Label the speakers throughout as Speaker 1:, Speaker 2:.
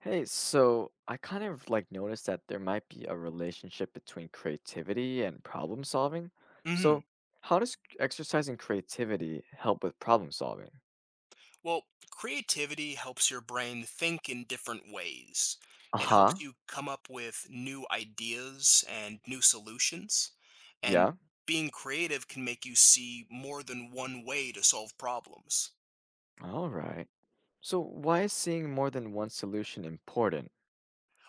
Speaker 1: Hey, so I kind of like noticed that there might be a relationship between creativity and problem solving.
Speaker 2: hmm
Speaker 1: So, how does exercising creativity help with problem solving?
Speaker 2: Well, creativity helps your brain think in different ways.
Speaker 1: Uh
Speaker 2: It helps
Speaker 1: huh.
Speaker 2: you come up with new ideas and new solutions. And
Speaker 1: Yeah.
Speaker 2: being creative can make you see more than one way to solve problems.
Speaker 1: All right. So, why is seeing more than one solution important?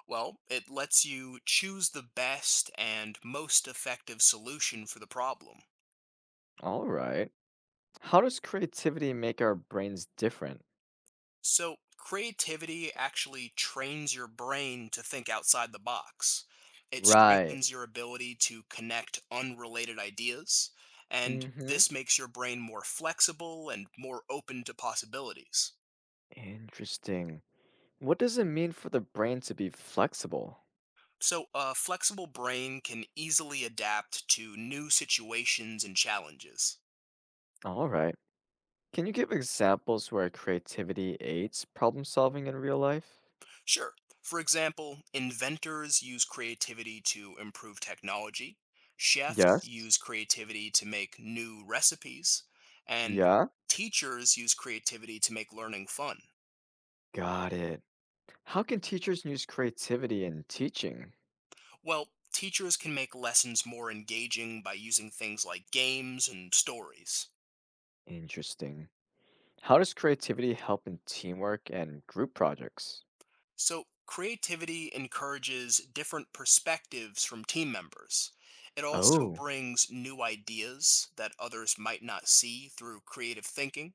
Speaker 2: Well, it lets you choose the best and most effective solution for the problem.
Speaker 1: All right. How does creativity make our brains different?
Speaker 2: So, creativity actually trains your brain to think outside the box. It
Speaker 1: Right.
Speaker 2: strengthens your ability to connect unrelated ideas, and
Speaker 1: Mm hmm.
Speaker 2: this makes your brain more flexible and more open to possibilities.
Speaker 1: Interesting. What does it mean for the brain to be flexible?
Speaker 2: So, a flexible brain can easily adapt to new situations and challenges.
Speaker 1: All right. Can you give examples where creativity aids problem solving in real life?
Speaker 2: Sure. For example, inventors use creativity to improve technology, chefs
Speaker 1: Yes.
Speaker 2: use creativity to make new recipes, and
Speaker 1: Yeah.
Speaker 2: teachers use creativity to make learning fun.
Speaker 1: Got it. How can teachers use creativity in teaching?
Speaker 2: Well, teachers can make lessons more engaging by using things like games and stories.
Speaker 1: Interesting. How does creativity help in teamwork and group projects?
Speaker 2: So, creativity encourages different perspectives from team members. It also
Speaker 1: Oh,
Speaker 2: brings new ideas that others might not see through creative thinking,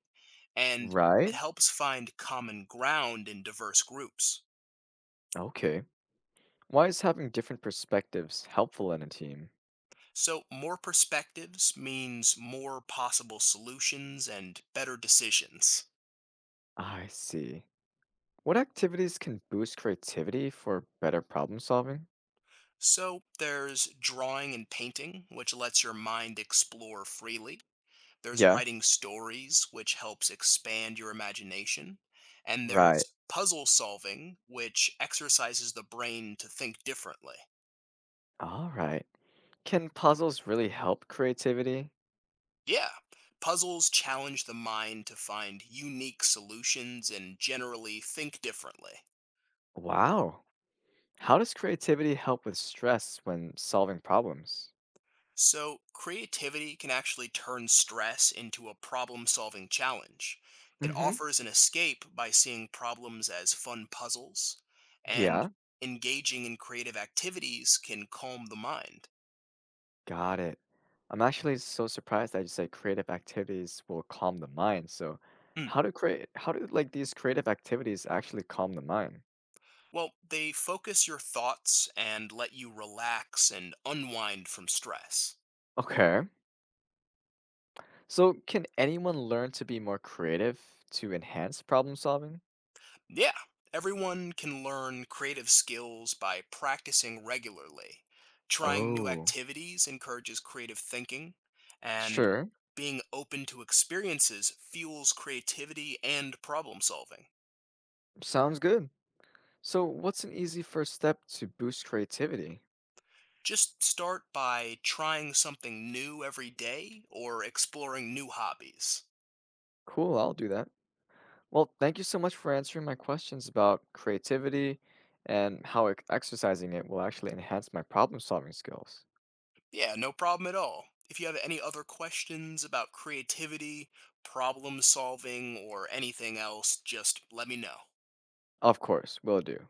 Speaker 2: and it
Speaker 1: right.
Speaker 2: helps find common ground in diverse groups.
Speaker 1: Okay. Why is having different perspectives helpful in a team?
Speaker 2: So, more perspectives means more possible solutions and better decisions.
Speaker 1: I see. What activities can boost creativity for better problem solving?
Speaker 2: So, there's drawing and painting, which lets your mind explore freely. There's
Speaker 1: Yeah.
Speaker 2: writing stories, which helps expand your imagination. And
Speaker 1: Right.
Speaker 2: there's puzzle solving, which exercises the brain to think differently.
Speaker 1: All right. Can puzzles really help creativity?
Speaker 2: Yeah. Puzzles challenge the mind to find unique solutions and generally think differently.
Speaker 1: Wow. How does creativity help with stress when solving problems?
Speaker 2: So, creativity can actually turn stress into a problem solving challenge. It
Speaker 1: Hmm.
Speaker 2: offers an escape by seeing problems as fun puzzles, and
Speaker 1: Yeah,
Speaker 2: engaging in creative activities can calm the mind.
Speaker 1: got it. I'm actually so surprised that you said creative activities will calm the mind. So,
Speaker 2: Hmm.
Speaker 1: how do like these creative activities actually calm the mind?
Speaker 2: Well, they focus your thoughts and let you relax and unwind from stress.
Speaker 1: Okay. So, can anyone learn to be more creative to enhance problem solving?
Speaker 2: Yeah, everyone can learn creative skills by practicing regularly. Trying new
Speaker 1: Oh,
Speaker 2: activities encourages creative thinking, and
Speaker 1: sure.
Speaker 2: being open to experiences fuels creativity and problem solving.
Speaker 1: Sounds good. So, what's an easy first step to boost creativity?
Speaker 2: Just start by trying something new every day or exploring new hobbies.
Speaker 1: Cool, I'll do that. Well, thank you so much for answering my questions about creativity and how exercising it will actually enhance my problem solving skills.
Speaker 2: Yeah, no problem at all. If you have any other questions about creativity, problem solving, or anything else, just let me know.
Speaker 1: Of course, will do.